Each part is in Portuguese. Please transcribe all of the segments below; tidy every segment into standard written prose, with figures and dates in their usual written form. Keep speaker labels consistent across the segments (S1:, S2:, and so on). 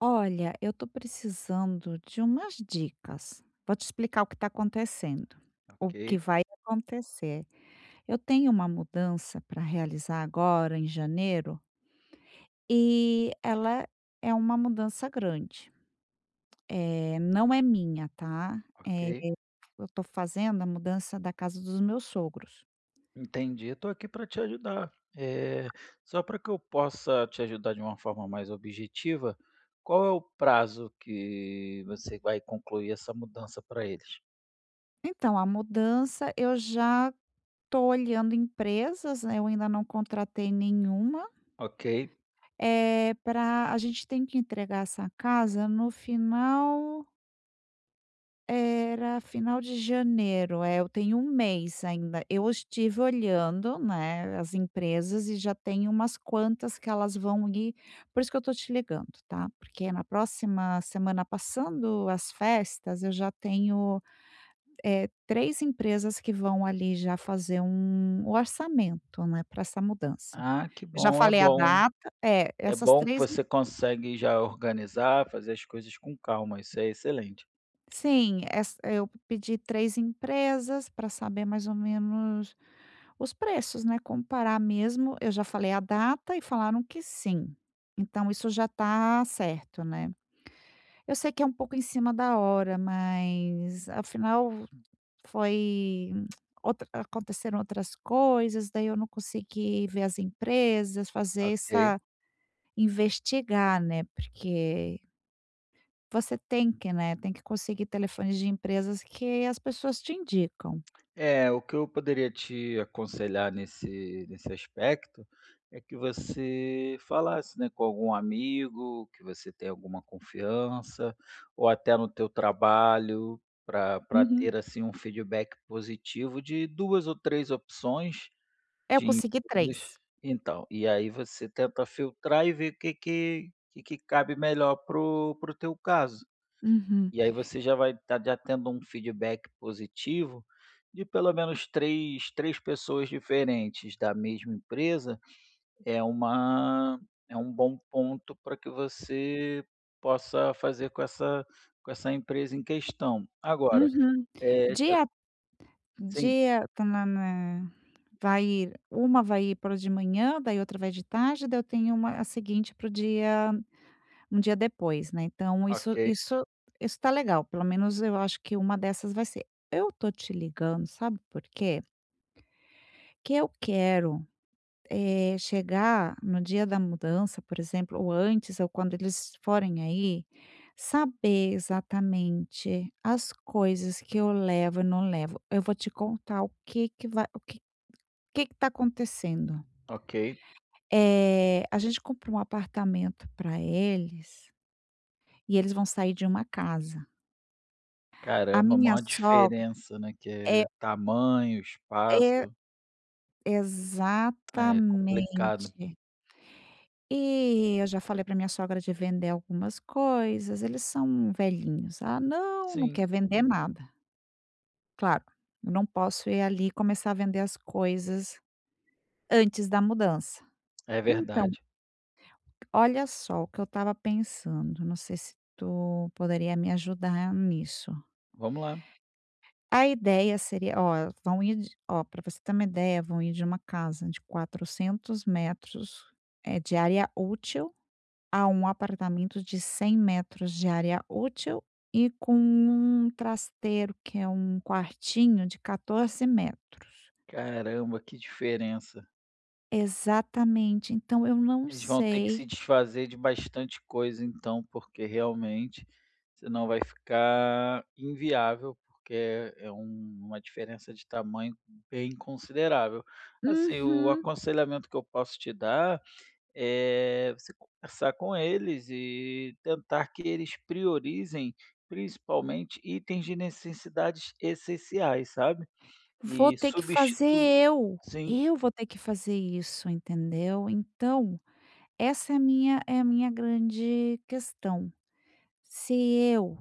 S1: Olha, eu tô precisando de umas dicas. Vou te explicar o que está acontecendo, o que
S2: Ok,
S1: vai acontecer. Eu tenho uma mudança para realizar agora em janeiro e ela é uma mudança grande. Não é minha, tá?
S2: ok.
S1: Eu tô fazendo a mudança da casa dos meus sogros.
S2: Entendi. Eu tô aqui para te ajudar. Eh, Só para que eu possa te ajudar de uma forma mais objetiva, qual é o prazo que você vai concluir essa mudança para eles?
S1: Então, a mudança eu já tô olhando empresas, né, eu ainda não contratei nenhuma.
S2: Ok.
S1: É para a gente tem que entregar essa casa no final, era final de janeiro, eu tenho um mês ainda. Eu estive olhando, né, as empresas e já tem umas quantas que elas vão ir, por isso que eu tô te ligando, tá, porque na próxima semana, passando as festas, eu já tenho, 3 empresas que vão ali já fazer um orçamento, né, para essa mudança.
S2: Ah, que
S1: Eu já
S2: bom, é
S1: falei a
S2: bom.
S1: data, é,
S2: É
S1: essas
S2: bom que
S1: três.
S2: você consegue já organizar, fazer as coisas com calma. Isso é excelente.
S1: Sim, essa eu pedi 3 empresas para saber mais ou menos os preços, né, comparar mesmo. Eu já falei a data e falaram que sim. Então isso já está certo, né. Eu sei que é um pouco em cima da hora, mas afinal foi outra, aconteceram outras coisas, daí eu não consegui ver as empresas, fazer
S2: Ok.
S1: essa, investigar, né, porque você tem que, né, tem que conseguir telefones de empresas que as pessoas te indicam.
S2: É, o que eu poderia te aconselhar nesse aspecto, é que você falasse, né, com algum amigo, que você tem alguma confiança, ou até no teu trabalho, para
S1: Uhum.
S2: ter, assim, um feedback positivo de 2 ou 3 opções
S1: Eu
S2: de
S1: consegui
S2: empresas.
S1: três.
S2: Então, e aí você tenta filtrar e ver o que que cabe melhor pro o teu caso.
S1: Uhum.
S2: E aí você já vai estar já tendo um feedback positivo de pelo menos três pessoas diferentes da mesma empresa, é uma é um bom ponto para que você possa fazer com essa empresa em questão. Agora,
S1: Uhum.
S2: é te
S1: Dia
S2: sim,
S1: dia tá vai ir uma, vai ir para de manhã, daí outra vai de tarde, daí eu tenho uma a seguinte para o dia, um dia depois, né, então
S2: ok,
S1: isso tá legal, pelo menos eu acho que uma dessas vai ser. Eu tô te ligando, sabe por quê? Que eu quero, chegar no dia da mudança, por exemplo, ou antes, ou quando eles forem aí, saber exatamente as coisas que eu levo e não levo. Eu vou te contar o que que vai, o que que tá acontecendo.
S2: ok.
S1: A gente comprou um apartamento para eles e eles vão sair de uma casa. A
S2: Caramba,
S1: minha
S2: maior
S1: sogra
S2: diferença, né, que
S1: é
S2: é tamanho,
S1: é
S2: espaço, é complicado.
S1: exatamente. E eu já falei para minha sogra de vender algumas coisas, eles são velhinhos. "Ah, não, não
S2: Sim,
S1: quer vender nada." Claro, eu não posso ir ali e começar a vender as coisas antes da mudança.
S2: é
S1: Então,
S2: verdade.
S1: olha só o que eu estava pensando, não sei se tu poderia me ajudar nisso.
S2: Vamos lá.
S1: A ideia seria, ó, vão ir de, ó, para você ter uma ideia, vão ir de uma casa de 400 metros, de área útil, a um apartamento de 100 metros de área útil e com um trasteiro, que é um quartinho de 14 metros.
S2: Caramba, que diferença.
S1: Exatamente, então eu não
S2: Eles vão ter que
S1: sei.
S2: se desfazer de bastante coisa então, porque realmente, senão vai ficar inviável, porque é uma diferença de tamanho bem considerável. Assim, o
S1: Uhum.
S2: aconselhamento que eu posso te dar é você conversar com eles e tentar que eles priorizem, principalmente, itens de necessidades essenciais, sabe,
S1: Vou
S2: e
S1: ter que fazer
S2: substitui
S1: eu.
S2: sim,
S1: Eu vou ter que fazer isso, entendeu? Então, essa é a minha grande questão. Se eu,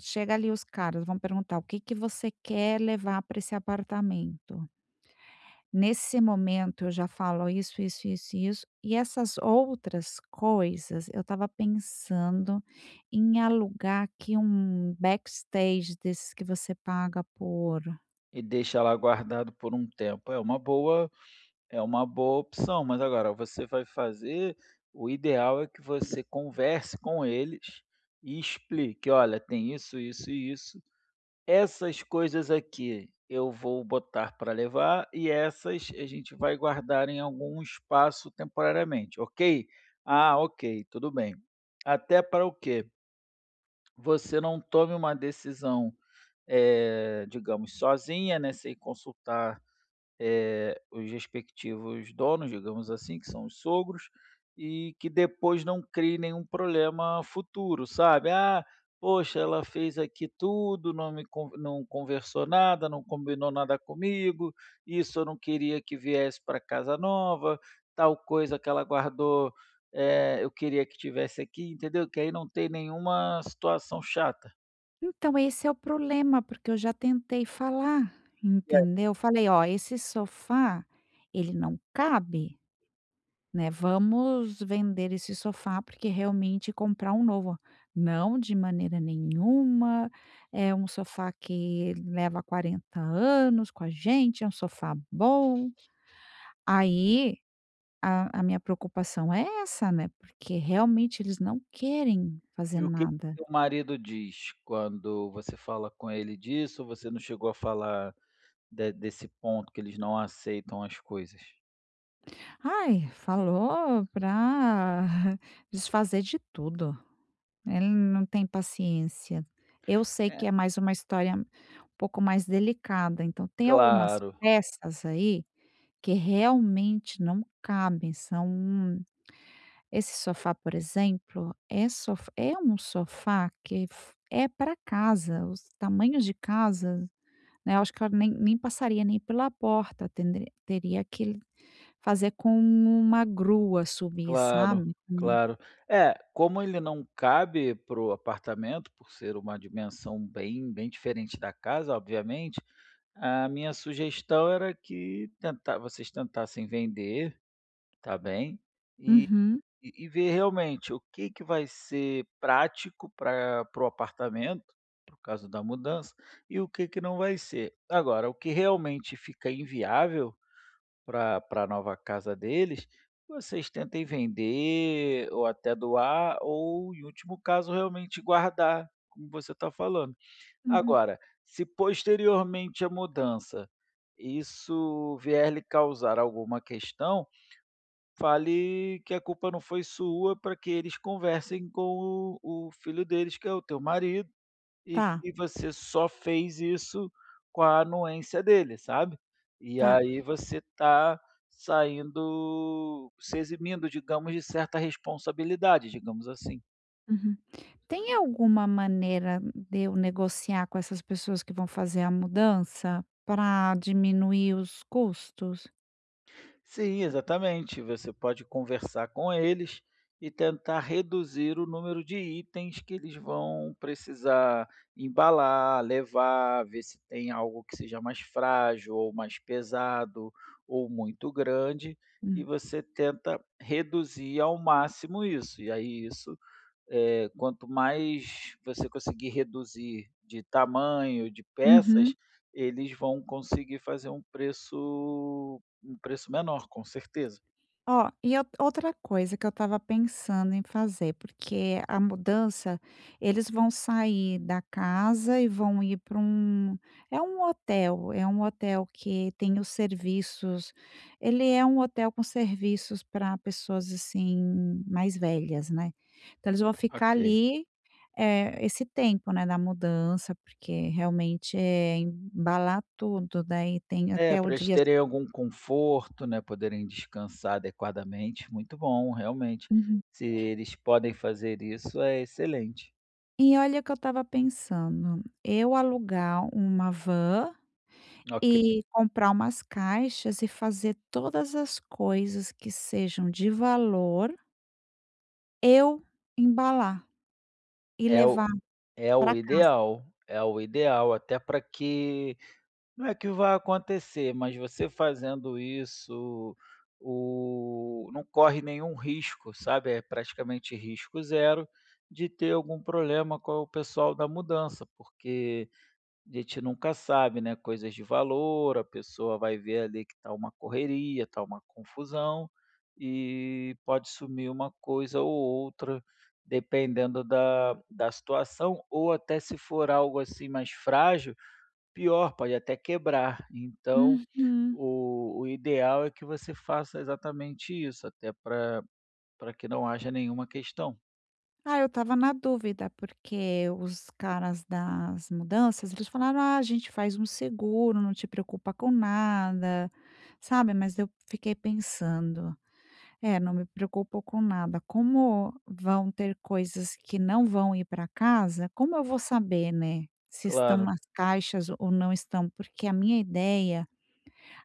S1: chega ali os caras, vão perguntar: "O que que você quer levar para esse apartamento?" Nesse momento eu já falo isso, isso, isso, isso. E essas outras coisas, eu estava pensando em alugar aqui um backstage desses que você paga por.
S2: e deixa lá guardado por um tempo. É uma boa. É uma boa opção, mas agora você vai fazer o ideal é que você converse com eles e explique: "Olha, tem isso, isso e isso. Essas coisas aqui eu vou botar para levar e essas a gente vai guardar em algum espaço temporariamente, ok?". "Ah, ok, tudo bem". Até para o quê? Você não tome uma decisão, digamos, sozinha, né, sem consultar os respectivos donos, digamos assim, que são os sogros, e que depois não crie nenhum problema futuro, sabe? Ah, poxa, ela fez aqui tudo, não conversou nada, não combinou nada comigo, isso eu não queria que viesse para casa nova, tal coisa que ela guardou, eu queria que tivesse aqui, entendeu? Que aí não tem nenhuma situação chata.
S1: Então esse é o problema, porque eu já tentei falar, entendeu? Falei: "Ó, esse sofá, ele não cabe." Né, vamos vender esse sofá, porque realmente comprar um novo. Não, de maneira nenhuma. É um sofá que leva 40 anos com a gente, é um sofá bom. Aí a minha preocupação é essa, né? Porque realmente eles não querem fazer
S2: E o que
S1: nada.
S2: seu marido diz quando você fala com ele disso, você não chegou a falar de desse ponto que eles não aceitam as coisas?
S1: Ai, falou pra desfazer de tudo. Ele não tem paciência. Eu sei
S2: É.
S1: que é mais uma história, pouco mais delicada, então tem algumas
S2: Claro,
S1: peças aí que realmente não cabem, são, esse sofá, por exemplo, é sof é um sofá que f é para casa, os tamanhos de casa, né, eu acho que eu nem passaria nem pela porta, tendri teria que fazer com uma grua subir,
S2: claro,
S1: sabe.
S2: claro. É, como ele não cabe pro apartamento, por ser uma dimensão bem diferente da casa, obviamente, a minha sugestão era que tentar vocês tentassem vender, tá bem?
S1: Uhum,
S2: E ver realmente o que que vai ser prático para o apartamento, por causa da mudança, e o que que não vai ser. Agora, o que realmente fica inviável para a nova casa deles, vocês tentem vender ou até doar ou, em último caso, realmente guardar, como você está falando.
S1: uhum.
S2: Agora, se posteriormente a mudança isso vier lhe causar alguma questão, fale que a culpa não foi sua para que eles conversem com o filho deles, que é o teu marido, e
S1: Tá,
S2: que você só fez isso com a anuência dele, sabe. E
S1: tá.
S2: aí você está saindo se eximindo, digamos, de certa responsabilidade, digamos assim.
S1: Uhum. Tem alguma maneira de eu negociar com essas pessoas que vão fazer a mudança para diminuir os custos?
S2: Sim, exatamente. Você pode conversar com eles e tentar reduzir o número de itens que eles vão precisar embalar, levar, ver se tem algo que seja mais frágil ou mais pesado ou muito grande, e
S1: Hum.
S2: você tenta reduzir ao máximo isso. E aí isso quanto mais você conseguir reduzir de tamanho, de peças,
S1: Uhum.
S2: eles vão conseguir fazer um preço menor, com certeza.
S1: Ó, e ou outra coisa que eu estava pensando em fazer, porque a mudança, eles vão sair da casa e vão ir para um, é um hotel que tem os serviços, ele é um hotel com serviços para pessoas, assim, mais velhas, né. Então eles vão ficar
S2: Ok.
S1: ali. Esse tempo, né, da mudança, porque realmente é embalar tudo, daí tem
S2: É,
S1: até o
S2: para eles
S1: dia.
S2: terem algum conforto, né, poderem descansar adequadamente, muito bom, realmente.
S1: Uhum.
S2: Se eles podem fazer isso, é excelente.
S1: E olha que eu estava pensando, eu alugar uma van
S2: Ok.
S1: e comprar umas caixas e fazer todas as coisas que sejam de valor, eu embalar e
S2: É o
S1: levar
S2: É o
S1: para casa.
S2: ideal, é o ideal, até para que não é que vai acontecer, mas você fazendo isso, o não corre nenhum risco, sabe, é praticamente risco zero de ter algum problema com o pessoal da mudança, porque a gente nunca sabe, né, coisas de valor, a pessoa vai ver ali que está uma correria, está uma confusão, e pode sumir uma coisa ou outra, dependendo da situação, ou até se for algo, assim, mais frágil, pior, pode até quebrar. Então,
S1: Uhum.
S2: o o ideal é que você faça exatamente isso, até para que não haja nenhuma questão.
S1: Ah, eu estava na dúvida, porque os caras das mudanças, eles falaram: "Ah, a gente faz um seguro, não te preocupa com nada", sabe, mas eu fiquei pensando: "É, não me preocupo com nada, como vão ter coisas que não vão ir para casa, como eu vou saber, né, se estão
S2: Claro.
S1: nas caixas ou não estão?" Porque a minha ideia,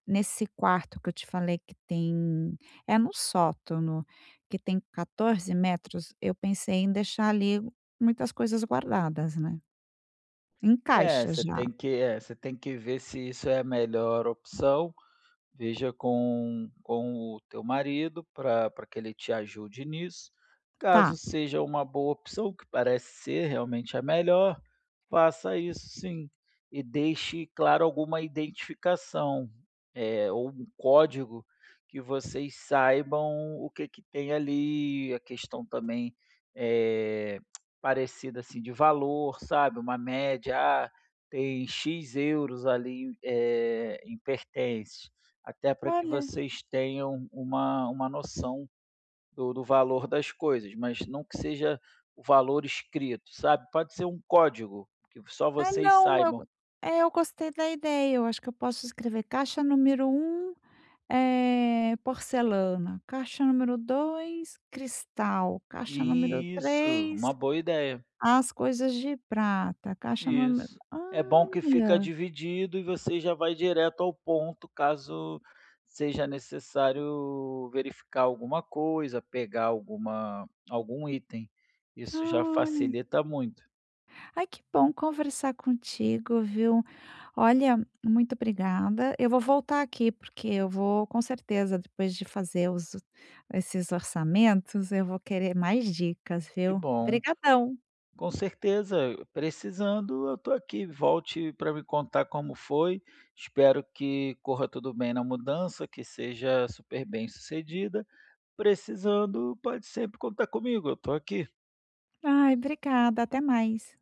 S1: nesse quarto que eu te falei que tem, é no sótão, que tem 14 metros, eu pensei em deixar ali muitas coisas guardadas, né, em
S2: É,
S1: caixas
S2: você
S1: já.
S2: tem que é, você tem que ver se isso é a melhor opção. Veja com o teu marido para pra que ele te ajude nisso. Caso
S1: Tá.
S2: seja uma boa opção, que parece ser realmente a melhor, faça isso sim. E deixe claro alguma identificação, ou um código que vocês saibam o que que tem ali, a questão também, eh, parecida, assim, de valor, sabe, uma média, ah, tem "x" euros ali, em pertences. Até para que
S1: Olha.
S2: vocês tenham uma noção do valor das coisas, mas não que seja o valor escrito, sabe. Pode ser um código, que só vocês
S1: Não, eu
S2: saibam.
S1: é, eu gostei da ideia, eu acho que eu posso escrever caixa número um é porcelana, caixa número 2 cristal, caixa número
S2: Isso,
S1: 3
S2: uma boa ideia.
S1: as coisas de prata, caixa número,
S2: Isso. É bom que fica
S1: olha,
S2: dividido e você já vai direto ao ponto, caso seja necessário verificar alguma coisa, pegar algum item. Isso já
S1: olha.
S2: facilita muito.
S1: Ai, que bom conversar contigo, viu. Olha, muito obrigada. Eu vou voltar aqui, porque eu vou, com certeza, depois de fazer os esses orçamentos, eu vou querer mais dicas,
S2: Que
S1: viu.
S2: bom.
S1: Obrigadão.
S2: Com certeza, precisando, eu estou aqui. Volte para me contar como foi. Espero que corra tudo bem na mudança, que seja super bem sucedida. Precisando, pode sempre contar comigo, eu estou aqui.
S1: Ai, obrigada. Até mais.